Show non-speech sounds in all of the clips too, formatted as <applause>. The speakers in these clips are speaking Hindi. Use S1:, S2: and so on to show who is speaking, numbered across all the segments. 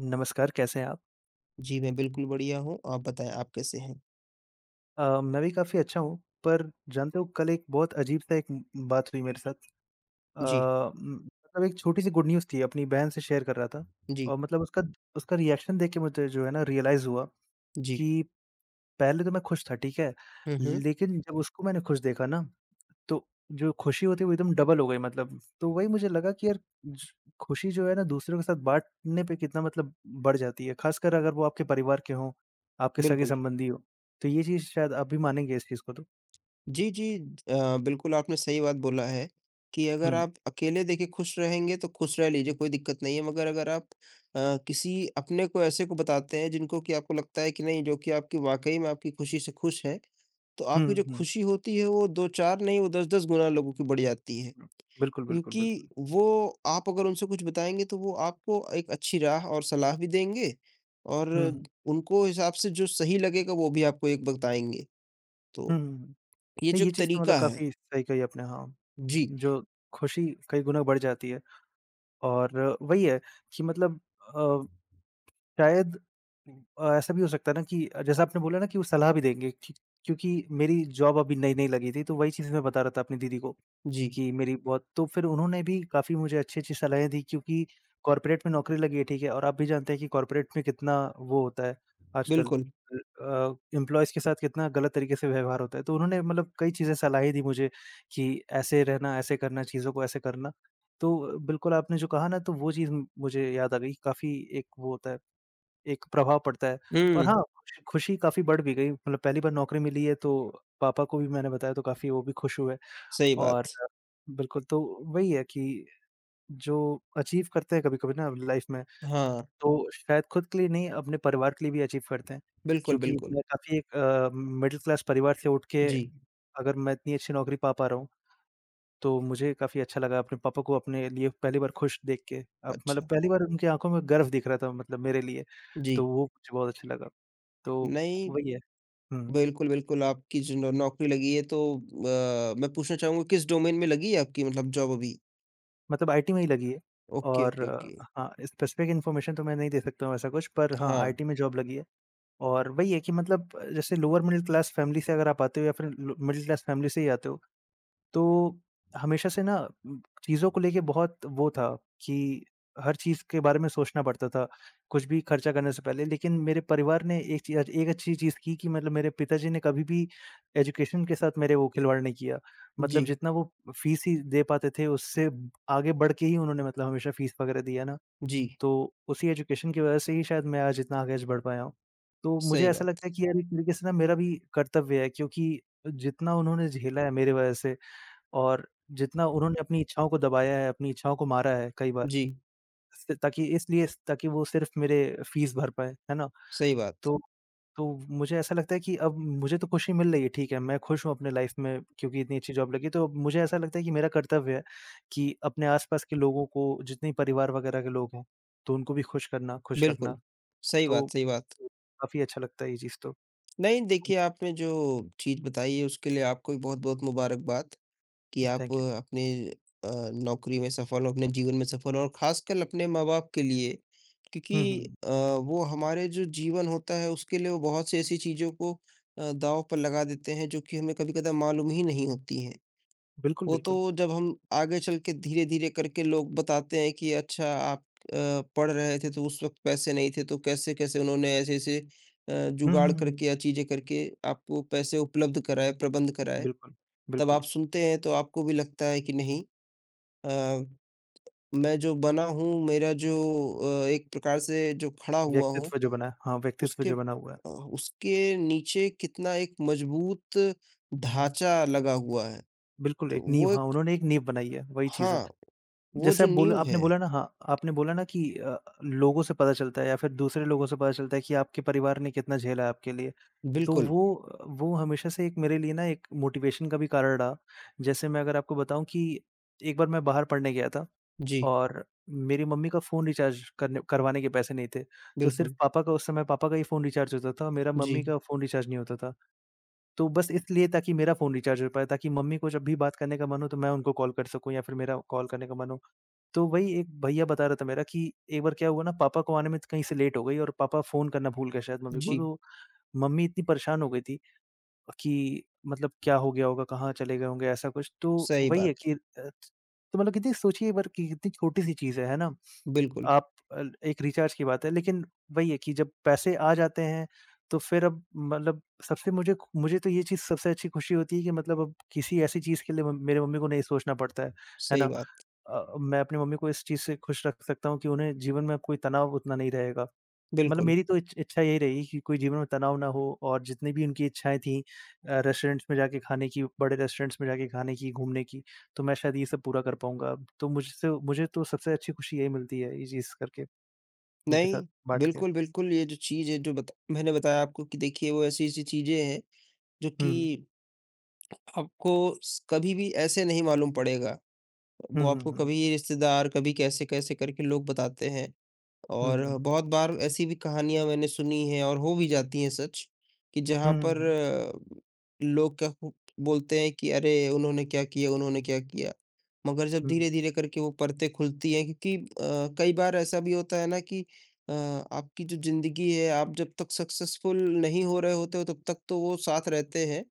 S1: नमस्कार, कैसे हैं आप?
S2: जी, मैं बिल्कुल बढ़िया हूँ। आप बताएँ आप कैसे हैं?
S1: मैं भी काफ़ी अच्छा हूँ, पर जानते हो कल एक बहुत अजीब-सा एक बात हुई मेरे साथ। अ,
S2: जी,
S1: मतलब एक छोटी-सी गुड न्यूज़ थी, अपनी बहन से शेयर कर रहा था
S2: जी,
S1: और मतलब उसका उसका रिएक्शन देख के मुझे जो है ना रियलाइज़ हुआ
S2: जी।
S1: कि पहले तो मैं खुश था, ठीक है?
S2: हुँ, हुँ,
S1: लेकिन जब उसको मैंने खुश देखा ना तो जो खुशी होती है वो एकदम डबल हो गई मतलब। तो वही मुझे लगा कि यार ज खुशी जो है ना दूसरों के साथ बाँटने पे कितना मतलब बढ़ जाती है, ख़ासकर अगर वो आपके परिवार के हों, आपके
S2: बिल्कुल।
S1: सगे-संबंधी हों। तो ये चीज़ शायद आप भी मानेंगे इस चीज़ को तो।
S2: जी, जी, बिल्कुल आपने सही बात बोला है कि अगर
S1: हुँ,
S2: आप अकेले देखिए खुश रहेंगे तो खुश रह लीजिए, कोई दिक्कत नहीं है। मगर अगर आप किसी अपने को ऐसे को बताते हैं जिनको कि आपको लगता है कि नहीं जो कि आपकी वाक़ई में आपकी खुशी से खुश हैं, तो
S1: हुँ,
S2: आपकी जो
S1: हुँ,
S2: खुशी होती है वो 2-4 नहीं वो 10-10 गुना लोगों की बढ़ जाती है।
S1: हुँ। बिल्कुल, बिल्कुल,
S2: क्योंकि
S1: बिल्कुल।
S2: वो आप अगर उनसे कुछ बताएँगे तो वो आपको एक अच्छी राह और सलाह भी देंगे और
S1: हुँ, हुँ,
S2: उनको हिसाब से जो सही लगेगा वो भी आपको एक बताएँगे। तो
S1: हुँ, हुँ, हुँ।
S2: ये
S1: नहीं
S2: जो
S1: ये
S2: एक
S1: चीज़ तो मतलब
S2: तरीका है।
S1: काफ़ी सही कही आपने हाँ,
S2: जी,
S1: जो खुशी कई गुना बढ़ जाती है और वही है कि मतलब अ, शायद ऐसा भी हो सकता है ना कि जैसा आपने बोला ना कि वो सलाह भी देंगे कि क्योंकि मेरी जॉब अभी नई-नई लगी थी, तो वही चीज़ मैं बता रहा था अपनी दीदी को
S2: जी,
S1: कि मेरी बहुत तो फिर उन्होंने भी काफ़ी मुझे अच्छी-अच्छी सलाहें दी क्योंकि कॉर्पोरेट में नौकरी लगी है, ठीक है? और आप भी जानते हैं कि कॉर्पोरेट में कितना वो होता है आजकल
S2: बिल्कुल।
S1: एम्प्लॉइज़ के साथ कितना गलत तरीके से व्यवहार होता है। तो उन्होंने मतलब कई चीज़ें सलाहें दी मुझे कि ऐसे रहना, ऐसे करना, चीज़ों को ऐसे करना। तो बिल्कुल आपने जो कहा ना, तो वो चीज़ मुझे याद आ गई, काफ़ी एक वो होता है। एक प्रभाव पड़ता है और
S2: हुँ,
S1: हाँ, खुशी काफ़ी बढ़ भी गई मतलब पहली बार नौकरी मिली है तो पापा को भी मैंने बताया तो काफ़ी वो भी खुश हुए
S2: सही
S1: और
S2: बात।
S1: बिल्कुल, तो वही है कि जो अचीव करते हैं कभी-कभी ना लाइफ में,
S2: हाँ,
S1: तो शायद खुद के लिए नहीं अपने परिवार के लिए भी अचीव करते हैं।
S2: बिल्कुल,
S1: क्योंकि
S2: बिल्कुल।
S1: मैं काफ़ी एक मिडल क्लास परिवार से उठ के
S2: जी,
S1: अगर मैं इतनी अच्छी नौकरी पा पा रहा हूँ तो मुझे काफ़ी अच्छा लगा अपने पापा को अपने लिए पहली बार खुश देख के। अप मतलब
S2: अच्छा।
S1: पहली बार उनकी आँखों में गर्व दिख रहा था मतलब मेरे लिए,
S2: जी,
S1: तो वो मुझे बहुत अच्छा लगा। तो
S2: नहीं,
S1: वही है। हुँ,
S2: बिल्कुल, बिल्कुल आपकी जो नौ नौकरी लगी है तो मैं पूछना चाहूँगा किस डोमेन में लगी है आपकी मतलब जॉब अभी?
S1: मतलब आईटी में ही लगी है
S2: ओके,
S1: और
S2: ओके, ओके।
S1: हाँ, स्पेसिफिक इन्फॉर्मेशन तो मैं नहीं दे सकता हूँ ऐसा कुछ पर हाँ,
S2: हाँ,
S1: आईटी में जॉब लगी है और वही है कि मतलब जैसे लोअर मिडिल क्लास फैमिली से अगर आप आते हो या फिर लो मिडिल क्लास फैमिली से ही आते हो तो हमेशा से ना चीज़ों को लेके बहुत वो था कि हर चीज़ के बारे में सोचना पड़ता था, कुछ भी खर्चा करने से पहले। लेकिन मेरे परिवार ने एक अच्छी चीज़ की कि मतलब मेरे पिताजी ने कभी भी एजुकेशन के साथ मेरे वो खिलवाड़ नहीं किया। मतलब
S2: जी,
S1: जितना वो फ़ीस ही दे पाते थे, उससे आगे बढ़ के ही उन्होंने मतलब हमेशा फ़ीस वगैरह दिया ना,
S2: जी,
S1: तो उसी एजुकेशन की वज़ह से ही शायद मैं आज इतना आगे आज बढ़ पाया हूँ। तो मुझे
S2: सही
S1: ऐसा
S2: बात।
S1: लगता है कि यार एक तरीके से ना मेरा भी कर्तव्य है क्योंकि जितना उन्होंने झेला है मेरी वज़ह से और जितना उन्होंने अपनी इच्छाओं को दबाया है, अपनी इच्छाओं को मारा है कई बार,
S2: जी।
S1: स ताकि इसलिए ताकि वो सिर्फ़ मेरे फ़ीस भर पाएँ, है ना?
S2: सही बात।
S1: तो तो मुझे ऐसा लगता है कि अब मुझे तो खुशी मिल रही है, ठीक है, मैं खुश हूँ अपने लाइफ़ में क्योंकि इतनी अच्छी जॉब लगी, तो अब मुझे ऐसा लगता है कि मेरा कर्तव्य है कि अपने आस-पास के लोगों को जितने परिवार वगैरह के लोग हैं, तो उनको भी खुश करना, खुश रखना,
S2: बिल्कुल, सही
S1: तो
S2: बात, सही बात।
S1: काफ़ी अच्छा लगता है ये चीज़ तो।
S2: नहीं देखिए, आपने जो चीज़ बताई है उसके लिए आपको भी बहुत-बहुत मुबारकबाद कि आप
S1: थैंक यू।
S2: अपने अ, नौकरी में सफल हो, अपने जीवन में सफल हो और ख़ासकर अपने माँ-बाप के लिए क्योंकि
S1: हुँ, हुँ, हुँ।
S2: वो हमारे जो जीवन होता है उसके लिए वो बहुत सी ऐसी चीज़ों को दाँव पर लगा देते हैं जो कि हमें कभी-कदा मालूम ही नहीं होती हैं।
S1: बिल्कुल,
S2: वो तो
S1: बिल्कुल।
S2: जब हम आगे चल के धीरे-धीरे करके लोग बताते हैं कि अच्छा आप अ, पढ़ रहे थे तो उस वक़्त पैसे नहीं थे तो कैसे-कैसे उन्होंने ऐसे-ऐसे
S1: हुँ,
S2: जुगाड़
S1: हुँ, हुँ, हुँ।
S2: करके या चीज़ें करके आपको पैसे उपलब्ध कराए, प्रबंध कराए।
S1: बिल्कुल,
S2: तब
S1: बिल्कुल।
S2: आप सुनते हैं तो आपको भी लगता है कि नहीं अ, मैं जो बना हूँ, मेरा जो एक प्रकार से जो खड़ा हुआ हूँ,
S1: व्यक्तित्व जो बना है हाँ, व्यक्तित्व
S2: उसके
S1: जो बना हुआ है।
S2: अ, उसके नीचे कितना एक मजबूत ढाँचा लगा हुआ है।
S1: बिल्कुल,
S2: तो
S1: एक नींव
S2: वो
S1: हाँ,
S2: एक,
S1: उन्होंने एक नींव बनाई है, वही चीज़ है।
S2: हाँ, वो
S1: जैसे
S2: जो
S1: आप बोल
S2: नींव
S1: आपने
S2: है।
S1: बोला ना हाँ, आपने बोला ना कि लोगों से पता चलता है या फिर दूसरे लोगों से पता चलता है कि आपके परिवार ने कितना झेला है आपके लिए। तो
S2: बिल्कुल,
S1: वो हमेशा से एक मेरे लिए ना एक मोटिवेशन का भी कारण रहा। जैसे मैं अगर आपको बताऊँ कि एक बार मैं बाहर पढ़ने गया था।
S2: जी,
S1: और मेरी मम्मी का फ़ोन रिचार्ज करने करवाने के पैसे नहीं थे, तो सिर्फ़
S2: बिल्कुल,
S1: पापा का उस समय पापा का ही फ़ोन रिचार्ज होता था, मेरा
S2: जी,
S1: मम्मी का फ़ोन रिचार्ज नहीं होता था। तो बस इसलिए ताकि मेरा फ़ोन रिचार्ज हो पाए, ताकि मम्मी को जब भी बात करने का मन हो, तो मैं उनको कॉल कर सकूँ या फिर मेरा कॉल करने का मन हो। तो वही एक भैया बता रहा था मेरा कि एक बार क्या हुआ ना, पापा को आने में कहीं से लेट हो गई और पापा फ़ोन करना भूल गए शायद मम्मी को,
S2: जी,
S1: तो मम्मी इतनी परेशान हो गई थी कि मतलब क्या हो गया होगा, कहाँ चले गए होंगे, ऐसा कुछ। तो
S2: सही
S1: वही
S2: बात,
S1: है कि तो मतलब कितनी सोचिए एक बार कि कितनी छोटी-सी चीज़ है ना?
S2: बिल्कुल,
S1: आप अल एक रिचार्ज की बात है, लेकिन वही है कि जब पैसे आ जाते हैं, तो फिर अब मतलब सबसे मुझे खु मुझे तो ये चीज़ सबसे अच्छी खुशी होती है कि मतलब अब किसी ऐसी चीज़ के लिए म मेरे मम्मी को नहीं सोचना पड़ता है
S2: सही
S1: ना?
S2: बात,
S1: मैं अपनी मम्मी को इस चीज़ से खुश रख सकता हूँ कि उन्हें जीवन में अब कोई तनाव उतना नहीं रहेगा। मतलब
S2: बिल्कुल।
S1: मेरी तो इच इच्छा यही रही कि कोई जीवन में तनाव ना हो और जितनी भी उनकी इच्छाएँ थी रेस्टोरेंट्स में जाके खाने की, बड़े रेस्टोरेंट्स में जाके खाने की, घूमने की, तो मैं शायद ये सब पूरा कर पाऊँगा अब। तो मुझसे मुझे तो सबसे अच्छी खुशी यही मिलती है, ये चीज़ करके, उनके साथ
S2: नहीं,
S1: बाँट
S2: बिल्कुल,
S1: के।
S2: बिल्कुल, ये जो चीज़ है जो बत मैंने बताया आपको कि देखिए वो ऐसी-ऐसी चीज़ें हैं जो कि
S1: हुँ, हुँ।
S2: आपको स कभी भी ऐसे नहीं मालूम पड़ेगा। वो
S1: हुँ, हुँ,
S2: आपको
S1: हुँ।
S2: कभी रिश्तेदार, कभी कैसे-कैसे करके लोग बताते हैं।
S1: हुँ,
S2: और
S1: हुँ।
S2: बहुत बार ऐसी भी कहानियाँ मैंने सुनी हैं और हो भी जाती हैं सच, कि
S1: हुँ,
S2: जहाँ
S1: हुँ,
S2: पर
S1: हुँ।
S2: लोग क्या हु बोलते हैं कि अरे! उन्होंने क्या किया, उन्होंने क्या किया? मगर जब
S1: हुँ।
S2: धीरे-धीरे करके वो परतें खुलती हैं क्योंकि कई बार ऐसा भी होता है ना कि आपकी जो ज़िंदगी है आप जब तक सक्सेसफुल नहीं हो रहे होते हो तब तक तो वो साथ रहते हैं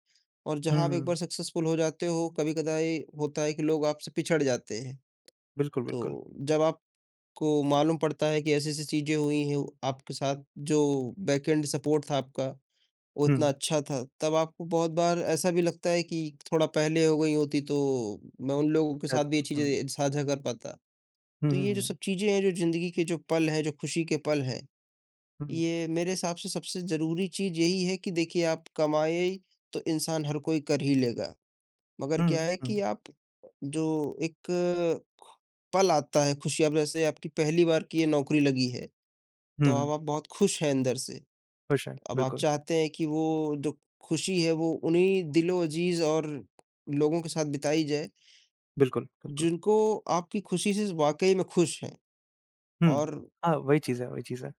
S2: और
S1: हुँ,
S2: जहाँ आप एक बार
S1: हुँ।
S2: सक्सेसफुल हो जाते हो, कभी-कदाई होता है कि लोग आपसे पिछड़ जाते हैं।
S1: बिल्कुल, बिल्कुल।
S2: तो जब आप को मालूम पड़ता है कि ऐसी-ऐसी चीज़ें हुई हैं आपके साथ, जो बैकएंड सपोर्ट था आपका, वो
S1: हुँ,
S2: इतना अच्छा था। तब आपको बहुत बार ऐसा भी लगता है कि थोड़ा पहले हो गई होती तो मैं उन लोगों के
S1: शायद
S2: साथ भी ये
S1: हुँ।
S2: चीज़ें साझा कर पाता।
S1: हुँ,
S2: तो
S1: हुँ,
S2: ये जो सब
S1: हुँ।
S2: चीज़ें हैं, जो ज़िंदगी के जो पल हैं, जो खुशी के पल हैं,
S1: हुँ,
S2: ये मेरे हिसाब से सबसे ज़रूरी चीज़ यही है कि देखिए आप कमाए तो इंसान हर कोई कर ही लेगा, मगर क्या
S1: हुँ,
S2: है
S1: हुँ।
S2: कि आप जो एक पल आता है खुशी, अब जैसे आपकी पहली बार की ये नौकरी लगी है,
S1: हुँ,
S2: तो अब
S1: हुँ।
S2: आप बहुत खुश हैं अंदर से।
S1: खुश हैं।
S2: अब आप
S1: बिल्कुल,
S2: चाहते हैं कि वो जो खुशी है वो उन्हीं दिलो-अज़ीज़ और लोगों के साथ बिताई जाए,
S1: बिल्कुल, बिल्कुल।
S2: जिनको आपकी खुशी से वाक़ई में खुश हैं।
S1: हुँ।
S2: और
S1: हाँ, वही चीज़ है, वही चीज़ है।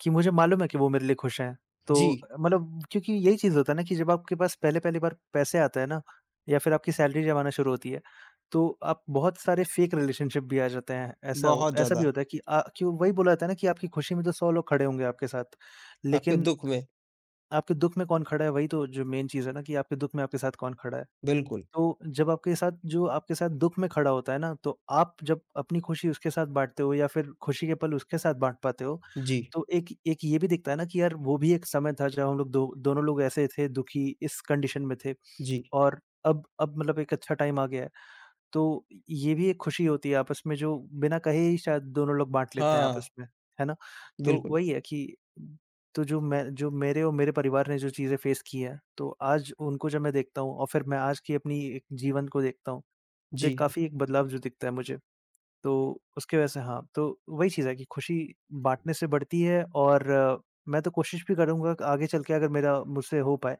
S1: कि मुझे मालूम है कि वो मेरे लिए खुश हैं। तो
S2: जी,
S1: मतलब क्योंकि यही चीज़ होता है ना कि जब आपके पास पहले-पहली बार पैसे आते हैं ना या फिर आपकी सैलरी जब आना शुरू होती है, तो आप बहुत सारे फेक रिलेशनशिप भी आ जाते हैं।
S2: बहुत
S1: ऐसा भी
S2: ज़्यादा।
S1: होता है कि क्यों वही बोला जाता है ना कि आपकी खुशी में तो 100 लोग खड़े होंगे आपके साथ,
S2: आपके
S1: लेकिन
S2: दुःख में,
S1: आपके दुःख में कौन खड़ा है वही तो जो मेन चीज़ है ना कि आपके दुःख में आपके साथ कौन खड़ा है।
S2: बिल्कुल।
S1: तो जब आपके साथ जो आपके साथ दुःख में खड़ा होता है ना, तो आप जब अपनी खुशी उसके साथ बाँटते हो या फिर खुशी के पल उसके साथ बाँट पाते हो,
S2: जी,
S1: तो एक एक ये भी दिखता है ना कि यार वो भी एक समय था जब हम लोग दो दोनों लोग ऐसे थे दुखी इस कंडीशन में थे
S2: जी।
S1: और अब मतलब एक अच्छा टाइम आ गया है। तो ये भी एक खुशी होती है आपस में जो बिना कहे ही शायद दोनों लोग बाँट लेते हैं
S2: हाँ,
S1: आपस में, है ना? तो
S2: बिल्कुल।
S1: वही है कि जो मेरे और मेरे परिवार ने जो चीज़ें फेस की हैं, तो आज उनको जब मैं देखता हूँ और फिर मैं आज की अपनी एक जीवन को देखता हूँ, तो एक
S2: जी,
S1: काफ़ी एक बदलाव जो दिखता है मुझे। तो उसकी वजह से हाँ, तो वही चीज़ है कि खुशी बाँटने से बढ़ती है और मैं तो कोशिश भी करूँगा कि आगे चल के अगर मेरा मुझसे हो पाए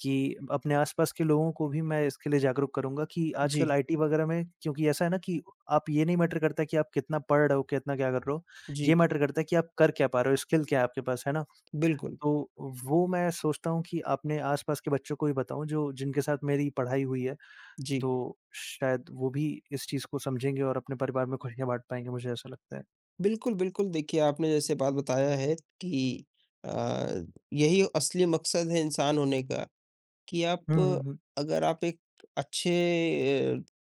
S1: कि अपने आस-पास के लोगों को भी मैं इसके लिए जागरूक करूँगा कि
S2: जी,
S1: आजकल आईटी वगैरह में क्योंकि ऐसा है ना कि आप ये नहीं मैटर करता कि आप कितना पढ़ रहे हो, कितना क्या कर रहे हो। ये
S2: जी,
S1: मैटर करता है कि आप कर क्या पा रहे हो, स्किल क्या है आपके पास, है ना?
S2: बिल्कुल।
S1: तो वो मैं सोचता हूँ कि अपने आस-पास के बच्चों को भी बताऊँ जो जिनके साथ मेरी पढ़ाई हुई है।
S2: जी,
S1: तो शायद वो भी इस चीज़ को समझेंगे और अपने परिवार में खुशियाँ बाँट पाएँगे, मुझे ऐसा लगता है।
S2: बिल्कुल, बिल्कुल देखिए आपने जैसे बात बताया है कि अ, यही असली मकसद है इंसान होने का। कि
S1: हुँ,
S2: आप,
S1: हुँ, हुँ।
S2: अगर आप एक अच्छे, अ,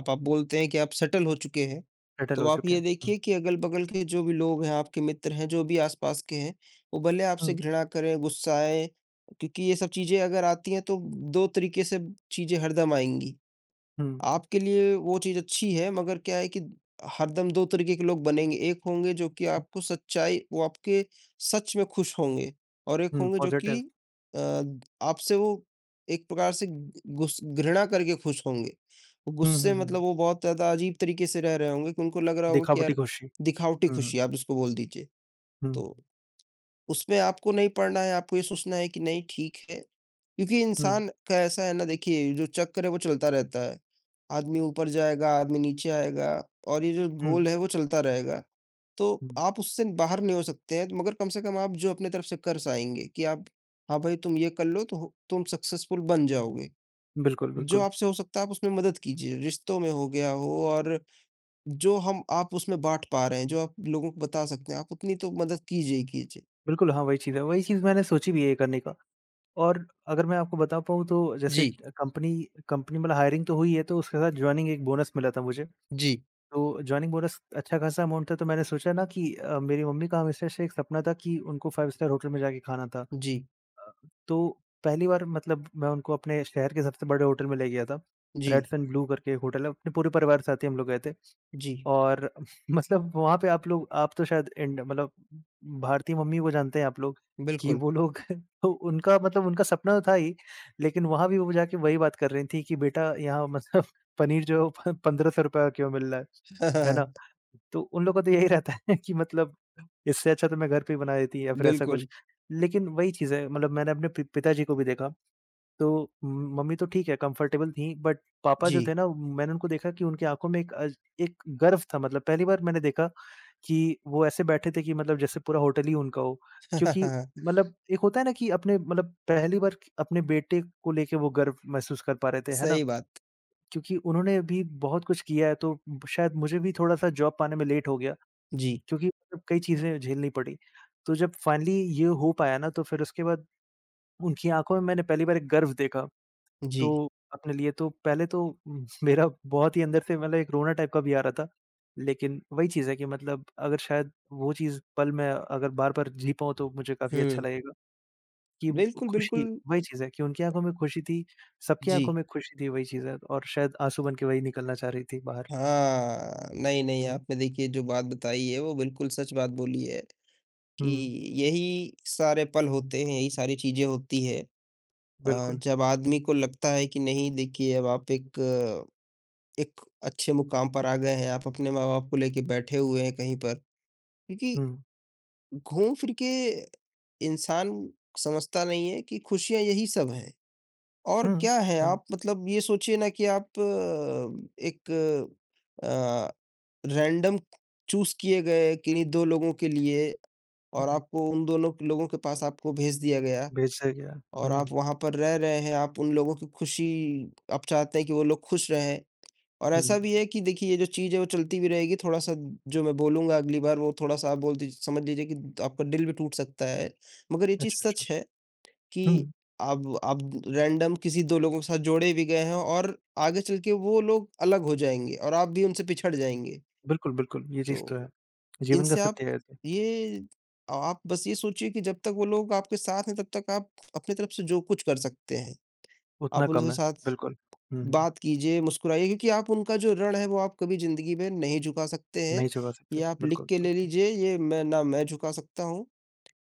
S2: आप बोलते हैं कि आप सेटल हो चुके हैं,
S1: सेटल
S2: तो
S1: हो
S2: आप
S1: चुके
S2: ये
S1: हैं। हुँ,
S2: देखिए कि अगल-बगल के जो भी लोग हैं, आपके मित्र हैं, जो भी आस-पास के हैं, वो भले आपसे
S1: हुँ।
S2: घृणा करें, गुस्साएँ, क्योंकि ये सब चीज़ें अगर आती हैं तो 2 तरीके से चीज़ें हरदम आएँगी।
S1: हुँ,
S2: आपके लिए वो चीज़ अच्छी है मगर क्या है कि हरदम 2 तरीके के लोग बनेंगे, एक होंगे जो कि
S1: हुँ।
S2: आपको सच्चाई वो आपके सच में खुश होंगे और एक
S1: हुँ,
S2: होंगे जो कि
S1: पॉज़िटिव।
S2: अ, आपसे वो एक प्रकार से गुस घृणा करके खुश होंगे। वो
S1: हुँ, हुँ,
S2: गुस्से
S1: हुँ,
S2: मतलब
S1: हुँ,
S2: वो बहुत ज़्यादा अजीब तरीके से रह रहे होंगे कि उनको लग रहा होगा कि
S1: दिखावटी
S2: यार
S1: खुशी।
S2: दिखावटी
S1: हुँ, हुँ।
S2: खुशी, आप इसको बोल दीजिए।
S1: हुँ,
S2: तो उसमें आपको नहीं पड़ना है, आपको ये सोचना है कि नहीं ठीक है, क्योंकि
S1: हुँ,
S2: इंसान का ऐसा है ना देखिए जो चक्र है वो चलता रहता है। आदमी ऊपर जाएगा, आदमी नीचे आएगा और ये जो
S1: हुँ,
S2: गोल है वो चलता रहेगा। तो
S1: हुँ,
S2: आप उससे बाहर नहीं हो सकते हैं तो मगर कम से कम आप जो अपनी तरफ से कर जाएँगे कि आप, हाँ भाई तुम ये कर लो तो हो तुम सक्सेसफुल बन जाओगे।
S1: बिल्कुल,
S2: जो
S1: बिल्कुल।
S2: आपसे हो सकता है आप उसमें मदद कीजिए, रिश्तों में हो गया हो और जो हम आप उसमें बाँट पा रहे हैं, जो आप लोगों को बता सकते हैं, आप उतनी तो मदद कीजिए ही कीजिए।
S1: बिल्कुल, हाँ, वही चीज़ है, वही चीज़ मैंने सोची भी है ये करने का। और अगर मैं आपको बता पाऊँ तो जैसे
S2: जी,
S1: कंपनी कंपनी मतलब हायरिंग तो हुई है, तो उसके साथ जॉइनिंग एक बोनस मिला था मुझे।
S2: जी,
S1: तो जॉइनिंग बोनस अच्छा खासा अमाउंट था, तो मैंने सोचा ना कि मेरी मम्मी का हमेशा से एक सपना था कि उनको 5 स्टार होटल में जाके खाना था।
S2: जी,
S1: अ, तो पहली बार मतलब मैं उनको अपने शहर के सबसे बड़े होटल में ले गया था। रेड्स
S2: जी,
S1: एंड ब्लू करके एक होटल है, अपने पूरे परिवार के साथ ही हम लोग गए थे।
S2: जी,
S1: और <laughs> मतलब वहाँ पे आप तो शायद इंड मतलब भारतीय मम्मी को जानते हैं आप लोग कि
S2: बिल्कुल।
S1: वो लोग <laughs> तो उनका सपना तो था ही, लेकिन वहाँ भी वो जाके वही बात कर रही थी कि बेटा यहाँ मतलब <laughs> पनीर जो है प ₹1500 क्यों मिल रहा है ना?
S2: <laughs>
S1: तो उन लोगों का तो यही रहता है कि मतलब इससे अच्छा तो मैं घर पे ही बना देती या फिर ऐसा
S2: बिल्कुल,
S1: कुछ। लेकिन वही चीज़ है, मतलब मैंने अपने पि पिताजी को भी देखा, तो म मम्मी तो ठीक है, कंफर्टेबल थी, बट पापा
S2: जी।
S1: जो थे ना मैंने उनको देखा कि उनकी आँखों में एक गर्व था, मतलब पहली बार मैंने देखा कि वो ऐसे बैठे थे कि मतलब जैसे पूरा होटल ही उनका हो। क्योंकि
S2: <laughs>
S1: मतलब एक होता है ना कि अपने मतलब पहली बार अपने बेटे को लेके वो गर्व महसूस कर पा रहे थे, है ना?
S2: सही बात।
S1: क्योंकि उन्होंने भी बहुत कुछ किया है, तो शायद मुझे भी थोड़ा-सा जॉब पाने में लेट हो गया,
S2: जी,
S1: क्योंकि मतलब कई चीज़ें झेलनी पड़ी। तो जब फाइनली ये हो पाया ना तो फिर उसके बाद उनकी आँखों में मैंने पहली बार एक गर्व देखा।
S2: जी।
S1: तो अपने लिए तो पहले तो <laughs> मेरा बहुत ही अंदर से मतलब एक रोना टाइप का भी आ रहा था। लेकिन वही चीज़ है कि मतलब अगर शायद वो चीज़ पल मैं अगर बार-बार जी पाऊँ तो मुझे काफ़ी अच्छा
S2: हुँ,
S1: लगेगा कि वो
S2: बिल्कुल, बिल्कुल,
S1: खुशी वही चीज़ है कि उनकी आँखों में खुशी थी, सबकी
S2: जी।
S1: आँखों में खुशी थी, वही चीज़ है और शायद आँसू बन के वही निकलना चाह रही थी बाहर।
S2: हाँ, नहीं, नहीं
S1: हुँ,
S2: आपने देखिए जो बात बताई है वो बिल्कुल सच बात बोली है कि
S1: हुँ,
S2: यही सारे पल होते हैं, यही सारी चीज़ें होती हैं,
S1: बिल्कुल।
S2: जब आदमी को लगता है कि नहीं देखिए अब आप एक अच्छे मुकाम पर आ गए हैं, आप अपने माँ-बाप को लेके बैठे हुए हैं कहीं पर। क्योंकि
S1: हुँ,
S2: घूम फिर के इंसान समझता नहीं है कि खुशियाँ यही सब हैं। और
S1: हुँ,
S2: क्या है
S1: हुँ,
S2: आप मतलब ये सोचिए ना कि आप एक अ, रैंडम चूज़ किए गए किन्हीं 2 लोगों के लिए और
S1: हुँ,
S2: आपको उन लोगों के पास आपको भेज दिया गया
S1: भेज दिया गया।
S2: और आप
S1: हुँ,
S2: वहाँ पर रह रहे हैं, आप उन लोगों की खुशी, आप चाहते हैं कि वो लोग खुश रहें और
S1: हुँ,
S2: ऐसा भी है कि देखिए ये जो चीज़ है वो चलती भी रहेगी, थोड़ा-सा जो मैं बोलूँगा अगली बार वो थोड़ा-सा आप बोल दीजिए समझ लीजिए कि आपका दिल भी टूट सकता है, मगर ये चीज़
S1: अच्छा, अच्छा।
S2: सच है। कि
S1: हुँ,
S2: अब रैंडम किसी 2 लोगों के साथ जोड़े भी गए हैं और आगे चल के वो लोग अलग हो जाएँगे और आप भी उनसे पिछड़ जाएँगे।
S1: बिल्कुल, बिल्कुल, ये चीज़ तो है।
S2: तो
S1: जीवन का
S2: इनसे आप
S1: सत्य है ये तो।
S2: ये, आप बस ये सोचिए कि जब तक वो लोग आपके साथ हैं तब तक आप अपनी तरफ से जो कुछ कर सकते हैं,
S1: उतना
S2: आप उनके
S1: कम है,
S2: साथ
S1: बिल्कुल। हुँ, हुँ।
S2: बात कीजिए, मुस्कुराइए क्योंकि आप उनका जो ऋण है वो आप कभी ज़िंदगी में नहीं चुका सकते हैं।
S1: नहीं छुपा
S2: ये
S1: सकते,
S2: आप लिख
S1: बिल्कुल,
S2: के ले
S1: बिल्कुल।
S2: लीजिए, ये मैं ना, मैं चुका सकता हूँ।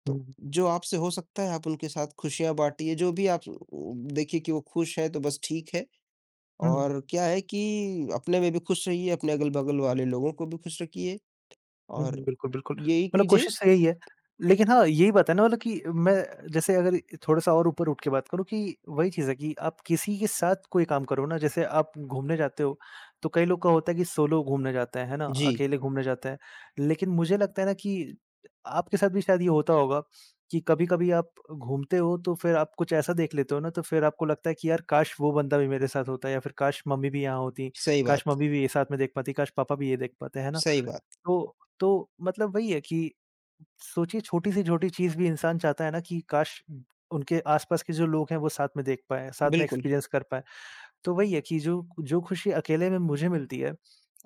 S1: हुँ,
S2: तो
S1: हुँ।
S2: जो आपसे हो सकता है आप उनके साथ खुशियाँ बाँटिए, जो भी आप देखिए कि वो खुश है तो बस ठीक है
S1: हुँ,
S2: और क्या है कि अपने में भी खुश रहिए, अपने अगल-बगल वाले लोगों को भी खुश रखिए
S1: हुँ,
S2: और
S1: बिल्कुल, बिल्कुल।
S2: यही
S1: मतलब
S2: कीजिए।
S1: कोशिश तो यही है। लेकिन हाँ, यही बात है ना मतलब कि मैं जैसे अगर थोड़ा-सा और ऊपर उठ के बात करूँ कि वही चीज़ है कि आप किसी के साथ कोई काम करो ना, जैसे आप घूमने जाते हो, तो कई लोग का होता है कि सोलो घूमने जाते हैं, है ना?
S2: जी,
S1: अकेले घूमने जाते हैं। लेकिन मुझे लगता है ना कि आपके साथ भी शायद ये होता होगा कि कभी-कभी आप घूमते हो, तो फिर आप कुछ ऐसा देख लेते हो ना, तो फिर आपको लगता है कि यार काश वो बंदा भी मेरे साथ होता या फिर काश मम्मी भी यहाँ होती,
S2: सही
S1: काश
S2: बात,
S1: मम्मी भी ये साथ में देख पाती, काश पापा भी ये देख पाते, है ना?
S2: सही बात,
S1: तो मतलब वही है कि सोचिए छोटी से छोटी चीज़ भी इंसान चाहता है ना कि काश उनके आसपास के जो लोग हैं वो साथ में देख पाएँ, साथ में
S2: बिल्कुल,
S1: एक्सपीरियंस कर पाएँ। तो वही है कि जो जो खुशी अकेले में मुझे मिलती है,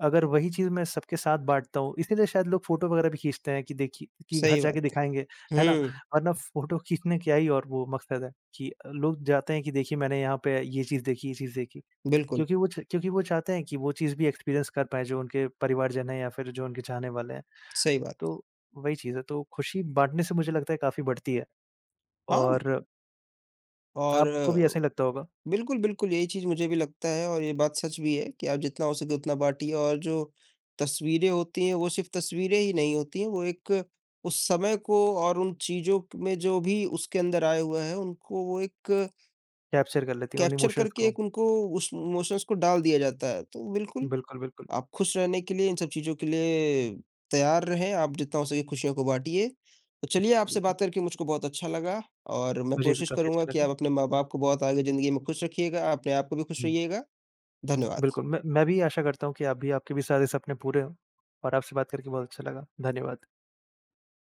S1: अगर वही चीज़ मैं सबके साथ बाँटता हूँ, इसीलिए शायद लोग फ़ोटो वगैरह भी खींचते हैं कि देखिए कि घर
S2: सही
S1: जाके
S2: बात।
S1: दिखाएँगे, है ना?
S2: हुँ,
S1: वरना फ़ोटो खींचने क्या ही और वो मकसद है कि लोग जाते हैं कि देखिए मैंने यहाँ पे ये चीज़ देखी, ये चीज़ देखी।
S2: बिल्कुल,
S1: क्योंकि वो च क्योंकि वो चाहते हैं कि वो चीज़ भी एक्सपीरियंस कर पाएँ जो उनके परिवारजन हैं या फिर जो उनके चाहने वाले हैं।
S2: सही बात।
S1: तो वही चीज़ है, तो खुशी बाँटने से मुझे लगता है काफ़ी बढ़ती है
S2: हाँ,
S1: और
S2: और
S1: आपको भी ऐसा ही लगता होगा,
S2: बिल्कुल, बिल्कुल, यही चीज़ मुझे भी लगता है और ये बात सच भी है कि आप जितना हो सके उतना बाँटिए और जो तस्वीरें होती हैं, वो सिर्फ़ तस्वीरें ही नहीं होती हैं, वो एक उस समय को और उन चीज़ों क में जो भी उसके अंदर आए हुए हैं, उनको वो एक
S1: कैप्चर कर लेती हैं उन
S2: कैप्चर
S1: इमोशंस
S2: करके
S1: को।
S2: एक उनको उस इमोशंस को डाल दिया जाता है। तो बिल्कुल
S1: बिल्कुल, बिल्कुल,
S2: आप खुश रहने के लिए इन सब चीज़ों के लिए तैयार रहें, आप जितना हो सके खुशियों को बाँटिए। तो चलिए आपसे
S1: बिल्कुल।
S2: बात करके मुझको बहुत अच्छा लगा और मैं
S1: मुझे भी
S2: कोशिश
S1: काफ़ी
S2: करूँगा
S1: अच्छा
S2: कि आप
S1: लगा।
S2: अपने माँ-बाप को बहुत आगे ज़िंदगी में खुश रखिएगा, अपने आप को भी खुश
S1: हुँ,
S2: रहिएगा।
S1: बिल्कुल,
S2: धन्यवाद।
S1: मैं भी आशा करता हूँ कि आप भी आपके भी सारे सपने पूरे हों और आपसे बात करके बहुत अच्छा लगा। धन्यवाद।